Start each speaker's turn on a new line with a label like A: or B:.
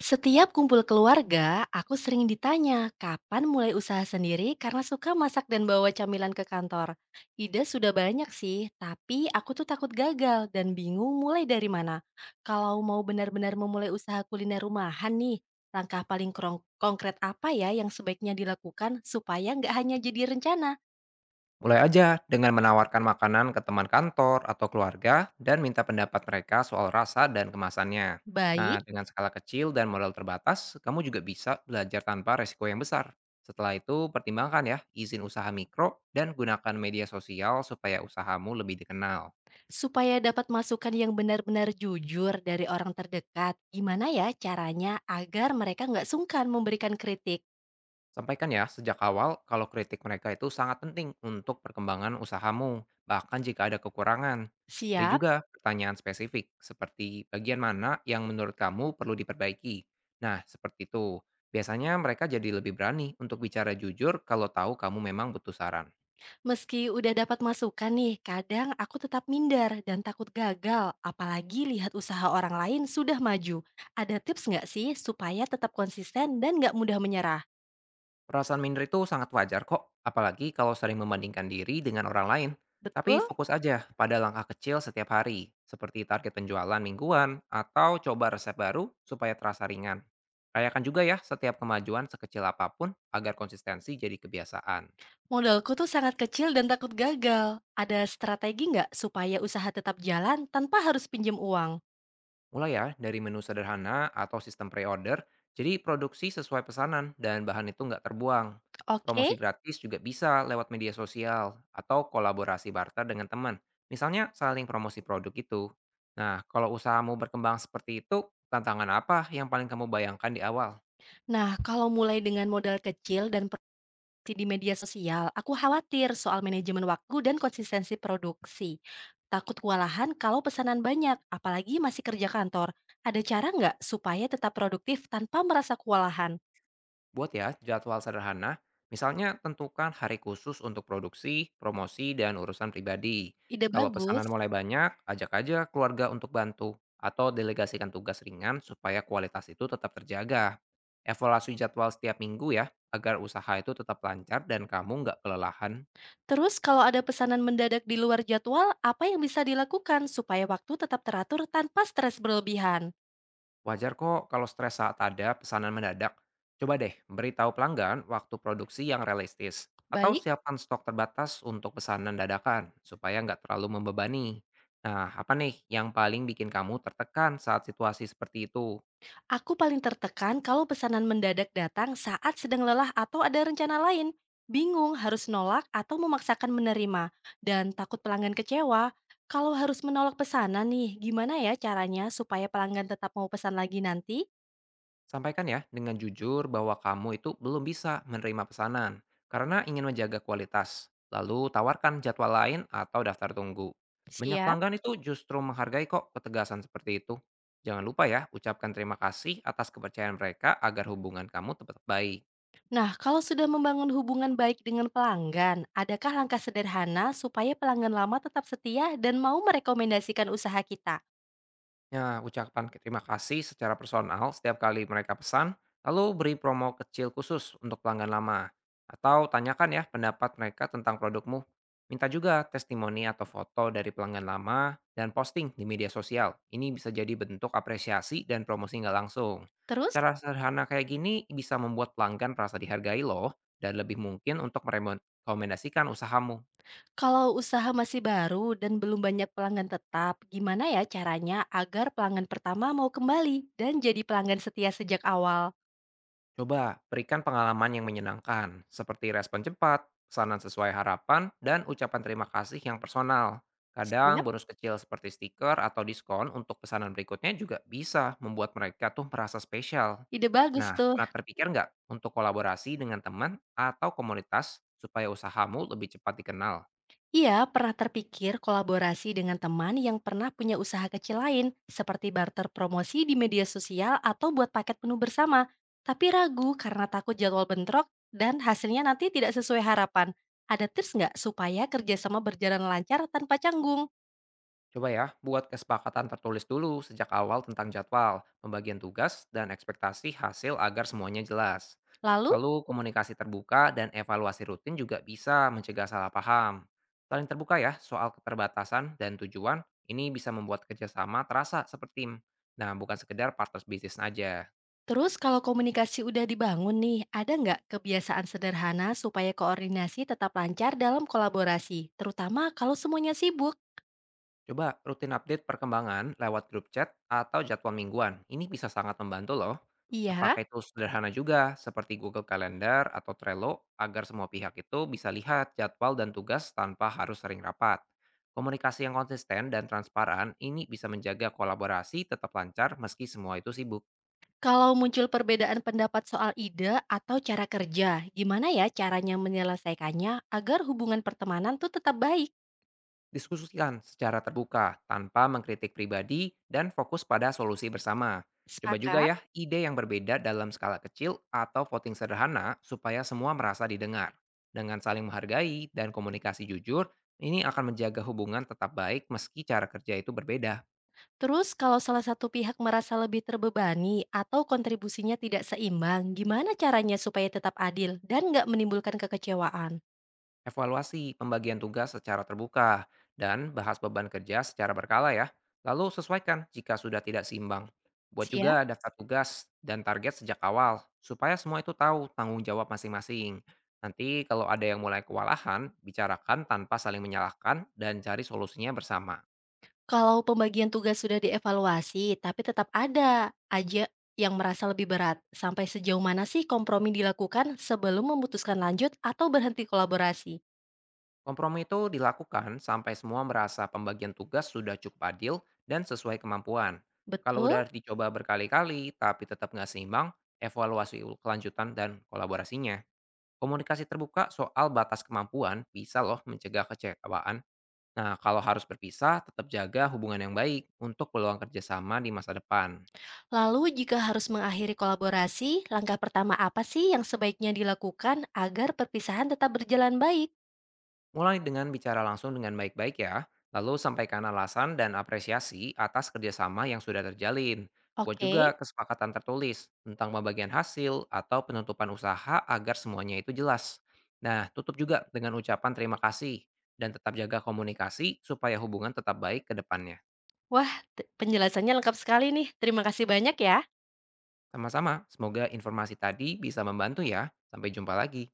A: Setiap kumpul keluarga, aku sering ditanya kapan mulai usaha sendiri karena suka masak dan bawa camilan ke kantor. Ide sudah banyak sih, tapi aku tuh takut gagal dan bingung mulai dari mana. Kalau mau benar-benar memulai usaha kuliner rumahan nih, langkah paling konkret apa ya yang sebaiknya dilakukan supaya nggak hanya jadi rencana?
B: Mulai aja dengan menawarkan makanan ke teman kantor atau keluarga dan minta pendapat mereka soal rasa dan kemasannya. Nah,
A: Baik,
B: dengan skala kecil dan modal terbatas, kamu juga bisa belajar tanpa resiko yang besar. Setelah itu, pertimbangkan ya izin usaha mikro dan gunakan media sosial supaya usahamu lebih dikenal.
A: supaya dapat masukan yang benar-benar jujur dari orang terdekat, gimana ya caranya agar mereka nggak sungkan memberikan kritik?
B: Sampaikan ya sejak awal kalau kritik mereka itu sangat penting untuk perkembangan usahamu, bahkan jika ada kekurangan. Beri
A: Siap,
B: juga pertanyaan spesifik, seperti bagian mana yang menurut kamu perlu diperbaiki. Nah, seperti itu. Biasanya mereka jadi lebih berani untuk bicara jujur kalau tahu kamu memang butuh saran.
A: meski udah dapat masukan nih, kadang aku tetap minder dan takut gagal, apalagi lihat usaha orang lain sudah maju. Ada tips nggak sih supaya tetap konsisten dan nggak mudah menyerah?
B: Perasaan minder itu sangat wajar kok, apalagi kalau sering membandingkan diri dengan orang lain. Tapi
A: Betul,
B: fokus aja pada langkah kecil setiap hari, seperti target penjualan mingguan atau coba resep baru supaya terasa ringan. Rayakan juga ya setiap kemajuan sekecil apapun agar konsistensi jadi kebiasaan.
A: modalku tuh sangat kecil dan takut gagal. Ada strategi nggak supaya usaha tetap jalan tanpa harus pinjam uang?
B: Mulai ya dari menu sederhana atau sistem pre-order, jadi produksi sesuai pesanan dan bahan itu nggak terbuang.
A: Oke,
B: Promosi gratis juga bisa lewat media sosial atau kolaborasi barter dengan teman. Misalnya saling promosi produk itu. Nah, kalau usahamu berkembang seperti itu, tantangan apa yang paling kamu bayangkan di awal?
A: nah kalau mulai dengan modal kecil dan di media sosial, aku khawatir soal manajemen waktu dan konsistensi produksi. Takut kewalahan kalau pesanan banyak, apalagi masih kerja kantor. Ada cara nggak supaya tetap produktif tanpa merasa kewalahan?
B: Buat ya jadwal sederhana, misalnya tentukan hari khusus untuk produksi, promosi, dan urusan pribadi.
A: Ide
B: Kalau
A: bagus.
B: pesanan mulai banyak, ajak aja keluarga untuk bantu atau delegasikan tugas ringan supaya kualitas itu tetap terjaga. Evaluasi jadwal setiap minggu ya, agar usaha itu tetap lancar dan kamu nggak kelelahan.
A: Terus kalau ada pesanan mendadak di luar jadwal, apa yang bisa dilakukan supaya waktu tetap teratur tanpa stres berlebihan?
B: Wajar kok kalau stres saat ada pesanan mendadak. Coba deh beritahu pelanggan waktu produksi yang realistis atau
A: Baik,
B: siapkan stok terbatas untuk pesanan dadakan supaya nggak terlalu membebani. Nah, apa nih yang paling bikin kamu tertekan saat situasi seperti itu?
A: aku paling tertekan kalau pesanan mendadak datang saat sedang lelah atau ada rencana lain. Bingung harus nolak atau memaksakan menerima. Dan takut pelanggan kecewa. Kalau harus menolak pesanan nih, gimana ya caranya supaya pelanggan tetap mau pesan lagi nanti?
B: Sampaikan ya dengan jujur bahwa kamu itu belum bisa menerima pesanan karena ingin menjaga kualitas. Lalu tawarkan jadwal lain atau daftar tunggu. Banyak
A: Siap.
B: pelanggan itu justru menghargai kok ketegasan seperti itu. Jangan lupa ya, ucapkan terima kasih atas kepercayaan mereka agar hubungan kamu tetap baik.
A: Nah, kalau sudah membangun hubungan baik dengan pelanggan, adakah langkah sederhana supaya pelanggan lama tetap setia dan mau merekomendasikan usaha kita?
B: Ya, ucapkan terima kasih secara personal setiap kali mereka pesan, lalu beri promo kecil khusus untuk pelanggan lama. Atau tanyakan ya pendapat mereka tentang produkmu. Minta juga testimoni atau foto dari pelanggan lama dan posting di media sosial. Ini bisa jadi bentuk apresiasi dan promosi nggak langsung.
A: Terus?
B: Cara sederhana kayak gini bisa membuat pelanggan merasa dihargai loh dan lebih mungkin untuk merekomendasikan usahamu.
A: Kalau usaha masih baru dan belum banyak pelanggan tetap, gimana ya caranya agar pelanggan pertama mau kembali dan jadi pelanggan setia sejak awal?
B: Coba berikan pengalaman yang menyenangkan, seperti respon cepat, pesanan sesuai harapan, dan ucapan terima kasih yang personal. Kadang
A: Siap.
B: bonus kecil seperti stiker atau diskon untuk pesanan berikutnya juga bisa membuat mereka tuh merasa spesial.
A: Ide bagus
B: Nah,
A: tuh.
B: pernah terpikir nggak untuk kolaborasi dengan teman atau komunitas supaya usahamu lebih cepat dikenal?
A: Iya, pernah terpikir kolaborasi dengan teman yang pernah punya usaha kecil lain, seperti barter promosi di media sosial atau buat paket menu bersama. Tapi ragu karena takut jadwal bentrok dan hasilnya nanti tidak sesuai harapan. Ada tips nggak supaya kerjasama berjalan lancar tanpa canggung?
B: Coba ya, buat kesepakatan tertulis dulu sejak awal tentang jadwal, pembagian tugas, dan ekspektasi hasil agar semuanya jelas.
A: Lalu
B: Lalu komunikasi terbuka dan evaluasi rutin juga bisa mencegah salah paham. Saling terbuka ya soal keterbatasan dan tujuan, ini bisa membuat kerjasama terasa seperti tim. Nah, bukan sekedar partners bisnis aja.
A: terus kalau komunikasi udah dibangun nih, ada nggak kebiasaan sederhana supaya koordinasi tetap lancar dalam kolaborasi, terutama kalau semuanya sibuk?
B: Coba rutin update perkembangan lewat grup chat atau jadwal mingguan. Ini bisa sangat membantu loh.
A: Iya,
B: Pakai tools sederhana juga seperti Google Calendar atau Trello agar semua pihak itu bisa lihat jadwal dan tugas tanpa harus sering rapat. Komunikasi yang konsisten dan transparan ini bisa menjaga kolaborasi tetap lancar meski semua itu sibuk.
A: kalau muncul perbedaan pendapat soal ide atau cara kerja, gimana ya caranya menyelesaikannya agar hubungan pertemanan tuh tetap baik?
B: Diskusikan secara terbuka tanpa mengkritik pribadi dan fokus pada solusi bersama. Coba juga
A: Sepakat.
B: ya ide yang berbeda dalam skala kecil atau voting sederhana supaya semua merasa didengar. Dengan saling menghargai dan komunikasi jujur, ini akan menjaga hubungan tetap baik meski cara kerja itu berbeda.
A: Terus kalau salah satu pihak merasa lebih terbebani atau kontribusinya tidak seimbang, gimana caranya supaya tetap adil dan nggak menimbulkan kekecewaan?
B: Evaluasi pembagian tugas secara terbuka dan bahas beban kerja secara berkala ya. Lalu sesuaikan jika sudah tidak seimbang. Buat
A: Siap.
B: juga daftar tugas dan target sejak awal supaya semua itu tahu tanggung jawab masing-masing. Nanti kalau ada yang mulai kewalahan, bicarakan tanpa saling menyalahkan dan cari solusinya bersama.
A: Kalau pembagian tugas sudah dievaluasi, tapi tetap ada aja yang merasa lebih berat. Sampai sejauh mana sih kompromi dilakukan sebelum memutuskan lanjut atau berhenti kolaborasi?
B: Kompromi itu dilakukan sampai semua merasa pembagian tugas sudah cukup adil dan sesuai kemampuan. Kalau
A: Betul.
B: udah dicoba berkali-kali tapi tetap nggak seimbang, evaluasi kelanjutan dan kolaborasinya. Komunikasi terbuka soal batas kemampuan bisa loh mencegah kecewaan. Nah, kalau harus berpisah, tetap jaga hubungan yang baik untuk peluang kerjasama di masa depan.
A: Lalu jika harus mengakhiri kolaborasi, langkah pertama apa sih yang sebaiknya dilakukan agar perpisahan tetap berjalan baik?
B: Mulai dengan bicara langsung dengan baik-baik ya, lalu sampaikan alasan dan apresiasi atas kerjasama yang sudah terjalin. Buat
A: Oke.
B: juga kesepakatan tertulis tentang pembagian hasil atau penutupan usaha agar semuanya itu jelas. Nah, tutup juga dengan ucapan terima kasih dan tetap jaga komunikasi supaya hubungan tetap baik ke depannya.
A: Wah, penjelasannya lengkap sekali nih. Terima kasih banyak ya.
B: Sama-sama, semoga informasi tadi bisa membantu ya. Sampai jumpa lagi.